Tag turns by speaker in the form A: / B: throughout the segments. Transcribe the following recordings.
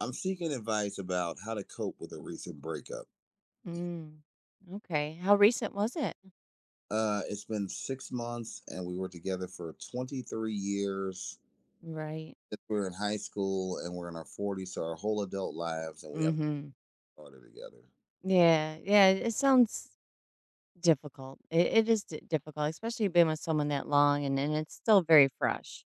A: I'm seeking advice about how to cope with a recent breakup.
B: Mm. Okay. How recent was it?
A: It's been 6 months, and we were together for 23 years.
B: Right.
A: We're in high school, and we're in our 40s, so our whole adult lives, and we haven't
B: Mhm.
A: started together.
B: Yeah. Yeah, it sounds difficult. It is di difficult, especially being with someone that long and it's still very fresh.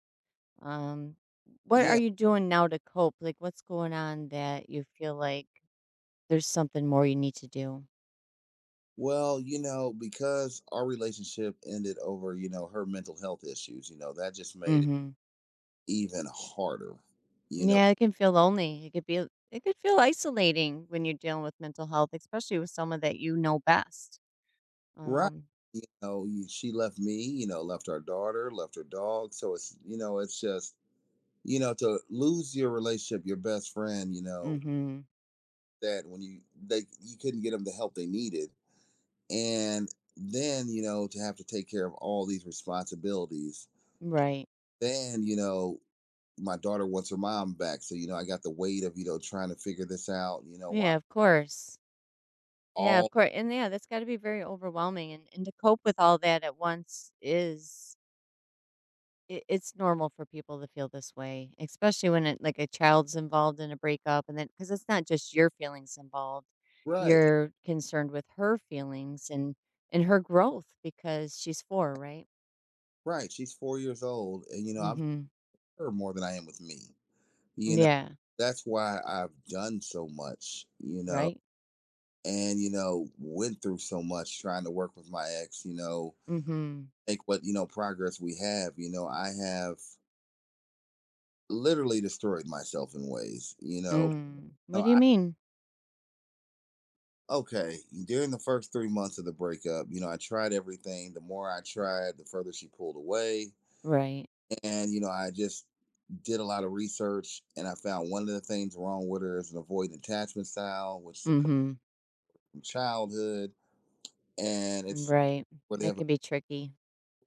B: Um, what are
A: Yeah,
B: you doing now to cope? Like, what's going on that you feel like there's something more you need to do?
A: well, because our relationship ended over, her mental health issues. That just made it
B: Mhm.
A: even harder. You know,
B: Yeah, it can feel lonely. It could feel isolating when you're dealing with mental health, especially with someone that you know best.
A: right?
B: Um,
A: She left me. Left our daughter, left her dog. So it's just to lose your relationship, your best friend, you know,
B: mhm.
A: that when you they you couldn't get them the help they needed, and then to have to take care of all these responsibilities.
B: Right.
A: Then my daughter wants her mom back, so I got the weight of trying to figure this out. You know,
B: Yeah,
A: while
B: of course. Yeah, of
A: all
B: course. And yeah, that's got to be very overwhelming. And, to cope with all that at once is, it's normal for people to feel this way, especially when it, like, a child's involved in a breakup. And then, because it's not just your feelings involved,
A: right,
B: you're concerned with her feelings and, her growth because she's four, right?
A: right, she's 4 years old, and
B: Mm
A: I'm with
B: hmm.
A: her more than I am with me. You know,
B: Yeah.
A: that's why I've done so much. You know
B: Right.
A: and went through so much trying to work with my ex,
B: Mm hmm.
A: make what progress we have. I have literally destroyed myself in ways.
B: Mm.
A: No,
B: What do you mean?
A: okay, during the first 3 months of the breakup, I tried everything. The more I tried, the further she pulled away,
B: Right.
A: and I just did a lot of research, and I found one of the things wrong with her is an avoidant attachment style, which is
B: Mm
A: a
B: hmm.
A: from childhood, and it's
B: Right.
A: where they
B: That
A: have.
B: can be tricky.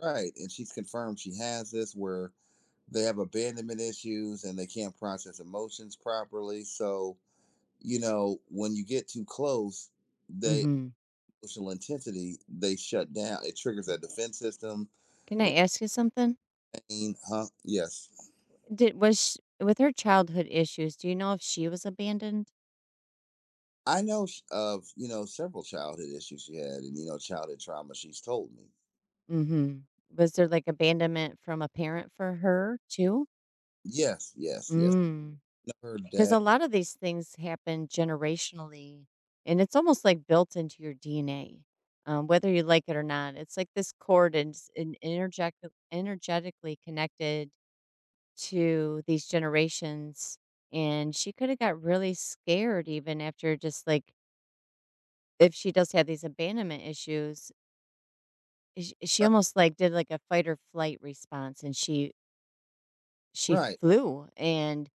A: Right. And she's confirmed she has this, where they have abandonment issues and they can't process emotions properly. So, when you get too close, they
B: Mm
A: emotional intensity, they shut down. It triggers
B: hmm.
A: that defense system.
B: Can I ask you something?
A: Pain, huh? Yes.
B: Did was sh with her childhood issues, do you know if she was abandoned?
A: I know of several childhood issues she had, and childhood trauma she's told me.
B: Mhm. Was there, like, abandonment from a parent for her too?
A: Yes, yes, yes.
B: Mm.
A: Her
B: Because
A: dad.
B: a lot of these things happen generationally, and it's almost, like, built into your DNA, whether you like it or not. It's like this cord and s and energetically connected to these generations, and she coulda got really scared even after just, like, if she does have these abandonment issues, sh she
A: Right,
B: almost, like, did, like, a fight or flight response, and she
A: right.
B: flew, and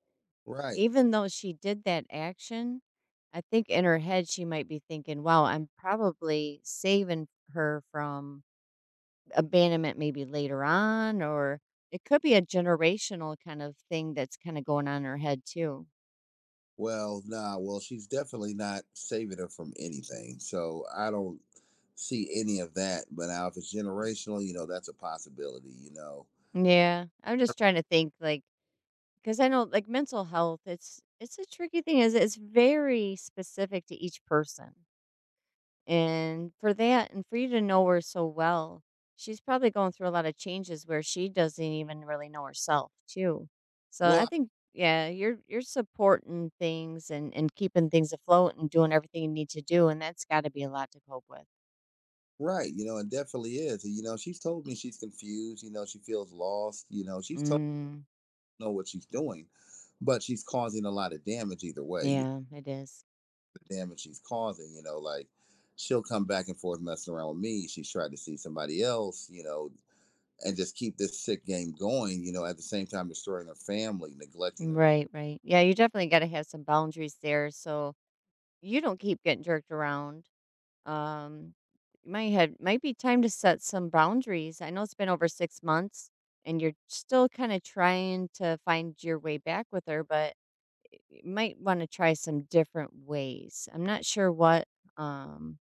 A: Right.
B: even though she did that action, I think in her head, she might be thinking, "Wow, I'm probably saving her from abandonment maybe later on," or it could be a generational kind of thing that's kinda going on in her head too.
A: Well, nah. Well, she's definitely not saving her from anything. So I don't see any of that. But now, if it's generational, that's a possibility. You know,
B: Yeah, I'm just trying to think, like, 'cause I know, like, mental health, it's a tricky thing, is it's very specific to each person, and for that and for you to know her so well, she's probably going through a lot of changes where she doesn't even really know herself too. So, I
A: well,
B: think yeah, you're supporting things and keeping things afloat and doing everything you need to do, and that's gotta be a lot to cope with.
A: right. It definitely is. She's told me she's confused. She feels lost. She's told
B: Mm,
A: me know what she's doing, but she's causing a lot of damage either way. You know,
B: yeah, it is.
A: the damage she's causing. Like she'll come back and forth messing around with me. She's tried to see somebody else. And just keep this sick game going, at the same time destroying her family, neglecting her.
B: Right, right. Yeah, you definitely gotta have some boundaries there so you don't keep getting jerked around. Um, might had might be time to set some boundaries. I know it's been over six months, and you're still kind of trying to find your way back with her, but you might want to try some different ways. I'm not sure what. Um,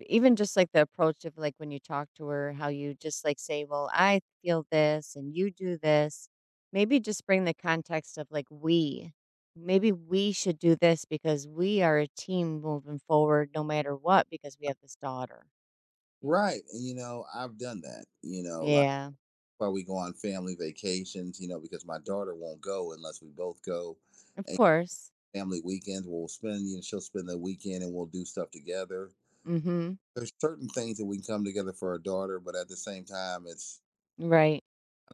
B: even just, like, the approach of, like, when you talk to her, how you just, like, say, "Well, I feel this and you do this." Maybe just bring the context of, like, "we." Maybe we should do this because we are a team moving forward no matter what because we have this daughter.
A: Right. And I've done that, like
B: Yeah,
A: why we go on family vacations, because my daughter won't go unless we both go.
B: of course.
A: Family weekends we'll spend, she'll spend the weekend and we'll do stuff together.
B: Mhm.
A: There's certain things that we can come together for our daughter, but at the same time it's
B: Right.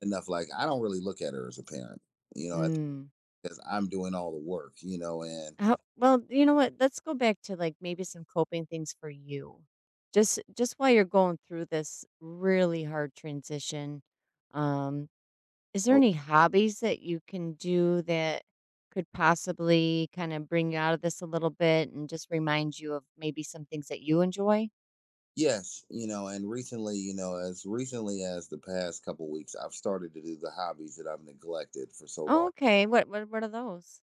A: enough, like I don't really look at her as a parent, you know,
B: Mm.
A: because I'm doing all the work, and.
B: How Well, you know what? Let's go back to, like, maybe some coping things for you. Just while you're going through this really hard transition, um, is there any hobbies that you can do that could possibly kind of bring you out of this a little bit and just remind you of maybe some things that you enjoy?
A: Yes, and recently, as recently as the past couple weeks, I've started to do the hobbies that I've neglected for so
B: Oh,
A: long.
B: okay. What are those?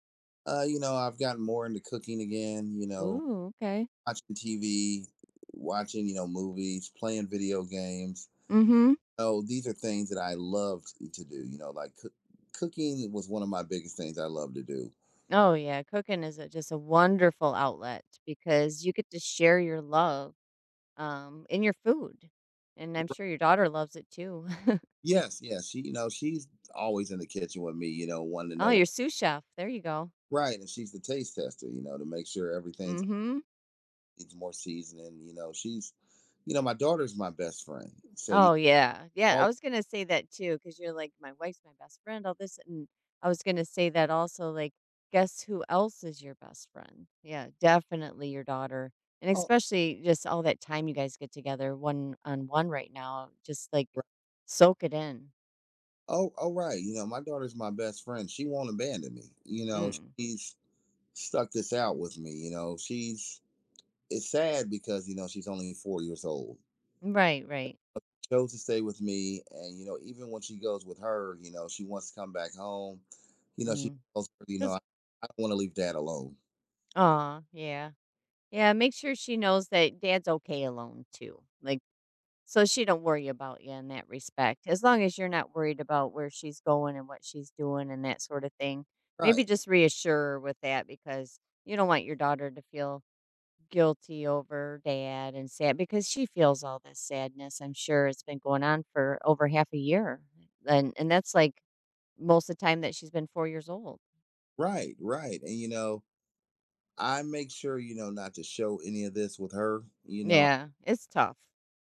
A: I've gotten more into cooking again,
B: Ooh, okay.
A: watching TV, watching, movies, playing video games.
B: Mhm.
A: Oh, these are things that I loved to do. Cooking was one of my biggest things I love to do.
B: Oh yeah, cooking is a, just a wonderful outlet because you get to share your love, um, in your food. And I'm sure your daughter loves it too.
A: Yes, yes, she's always in the kitchen with me, wanting to
B: Oh,
A: know
B: your sous chef. There you go.
A: right, and she's the taste tester, to make sure everything's
B: Mhm.
A: needs more seasoning. My daughter's my best friend. So you
B: Oh, yeah. Yeah, I
A: all,
B: was gonna say that too, because 'cause you're like, "My wife's my best friend, all this," and I was gonna say that also, like, guess who else is your best friend? Yeah, definitely your daughter, and
A: oh,
B: especially just all that time you guys get together one on one right now, just, like,
A: r-
B: soak it in.
A: oh, oh, right. My daughter's my best friend. She won't abandon me. You know,
B: Mm.
A: she's stuck this out with me. You know, she's it's sad because she's only 4 years old.
B: Right, right.
A: Chose to stay with me, and even when she goes with her, she wants to come back home. She
B: Mm.
A: tells her, you know, I,
B: Cause
A: I don't want to leave dad alone.
B: aw, yeah. Yeah, make sure she knows that dad's okay alone too, like, so she don't worry about you in that respect, as long as you're not worried about where she's going and what she's doing and that sort of thing. Maybe
A: Right,
B: just reassure her with that because you don't want your daughter to feel guilty over dad and sad because she feels all this sadness. I'm sure it's been going on for over half a year. And that's like most of the time that she's been 4 years old.
A: right, right. And I make sure, not to show any of this with her,
B: Yeah, it's tough.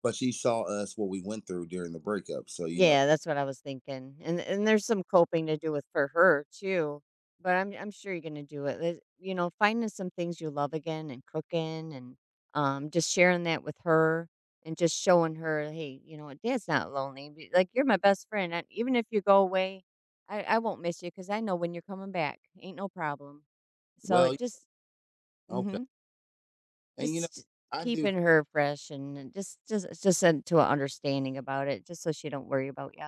A: but she saw us what we went through during the breakup. So,
B: Yeah, that's what I was thinking, and there's some coping to do with for her too, but I'm sure you're gonna do it. You know, finding some things you love again and cooking and, um, just sharing that with her and just showing her, hey, you know, what, Dad's not lonely. Like you're my best friend. And even if you go away, I won't miss you because I know when you're coming back. Ain't no problem. So it
A: well,
B: just
A: okay.
B: mm-hmm,
A: And, you know,
B: just
A: I do,
B: keeping her fresh and just to an understanding about it, just so she don't worry about you.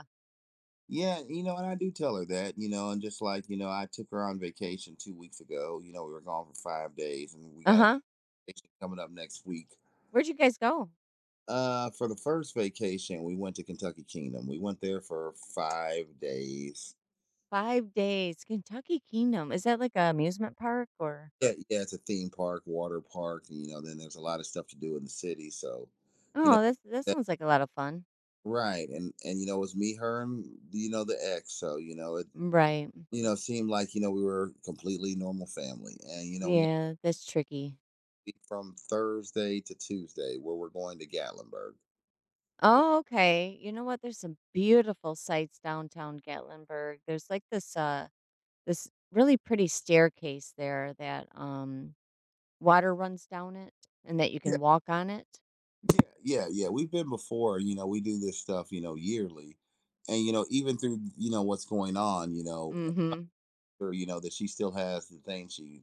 A: yeah, and I do tell her that, and just like, I took her on vacation 2 weeks ago. We were gone for 5 days and we
B: Uh
A: got a
B: huh.
A: vacation coming up next week.
B: Where'd you guys go?
A: For the first vacation, we went to Kentucky Kingdom. We went there for 5 days.
B: 5 days. Kentucky Kingdom. Is that like a amusement park or—
A: Yeah, yeah, it's a theme park, water park, and then there's a lot of stuff to do in the city. you
B: Oh, that's that
A: know,
B: sounds like a lot of fun.
A: Right. And it was me, her, and the ex. So, you know, it
B: Right.
A: you know, seemed like, we were a completely normal family. We got to
B: Yeah, that's tricky.
A: be from Thursday to Tuesday, where we're going to Gatlinburg.
B: Oh, okay. You know what? There's some beautiful sights downtown Gatlinburg. There's like this this really pretty staircase there that, um, water runs down it and that you
A: Yeah,
B: can walk on it.
A: yeah, yeah, yeah. We've been before, we do this stuff, yearly. Even through, what's going on,
B: Mhm.
A: or, that she still has the thing she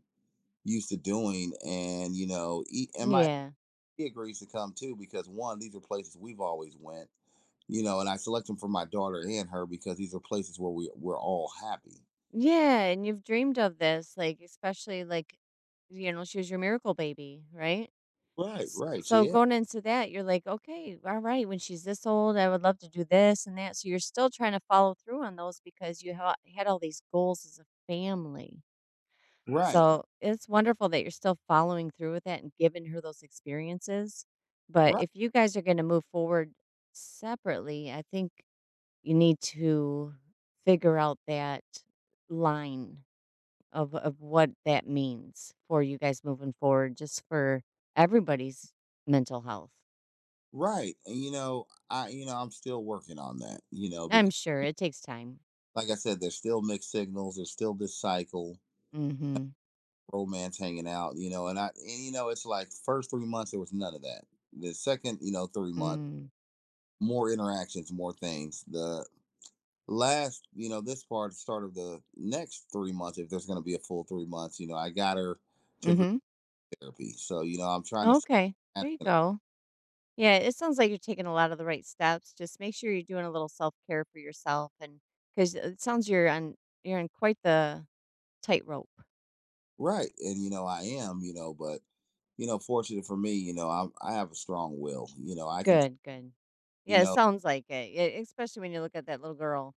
A: used to doing. And you know, he, and my
B: Yeah.
A: he agrees to come too because one, these are places we've always went. And I select them for my daughter and her because these are places where we're all happy.
B: Yeah, and you've dreamed of this like especially like, you know, she was your miracle baby, right?
A: Right,
B: S
A: right,
B: so
A: yeah,
B: going into that, you're like, "Okay, alright, when she's this old, I would love to do this and that." So you're still trying to follow through on those because you ha had all these goals as a family.
A: right,
B: So it's wonderful that you're still following through with that and giving her those experiences. But
A: right,
B: if you guys are gonna move forward separately, I think you need to figure out that line of what that means for you guys moving forward just for everybody's mental health.
A: right. And you know, I you know I'm still working on that. You know,
B: I'm
A: because
B: sure it takes time.
A: like I said, there's still mixed signals. There's still this cycle,
B: Mhm.
A: romance, hanging out. You know, and I and you know it's like first 3 months there was none of that. The second, 3 months
B: Mm.
A: more interactions, more things. The last, this part, start of the next 3 months, if there's going to be a full 3 months, I got her to group
B: Mhm.
A: therapy. I'm trying to,
B: Okay. There
A: that's
B: you
A: gonna-
B: go. Yeah, it sounds like you're taking a lot of the right steps. Just make sure you're doing a little self-care for yourself and because it sounds you're on quite the tightrope.
A: right. And I am, but, fortunate for me, I have a strong will, I can,
B: Good, good.
A: you
B: Yeah, it
A: know,
B: sounds like it, e especially when you look at that little girl.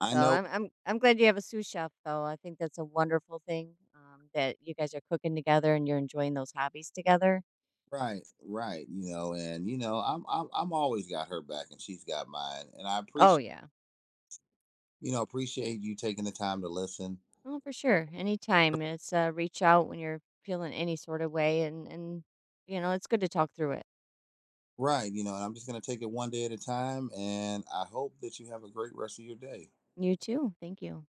A: I
B: So,
A: know,
B: I'm glad you have a sous chef, though. I think that's a wonderful thing, that you guys are cooking together and you're enjoying those hobbies together.
A: right, right, and I'm always got her back and she's got mine. And I
B: Oh,
A: appreciate,
B: yeah.
A: you know, appreciate you taking the time to listen.
B: Oh, for sure. Anytime. It's, reach out when you're feeling any sort of way, and you know it's good to talk through it.
A: Right, and I'm just going to take it one day at a time. And I hope that you have a great rest of your day.
B: You too. Thank you.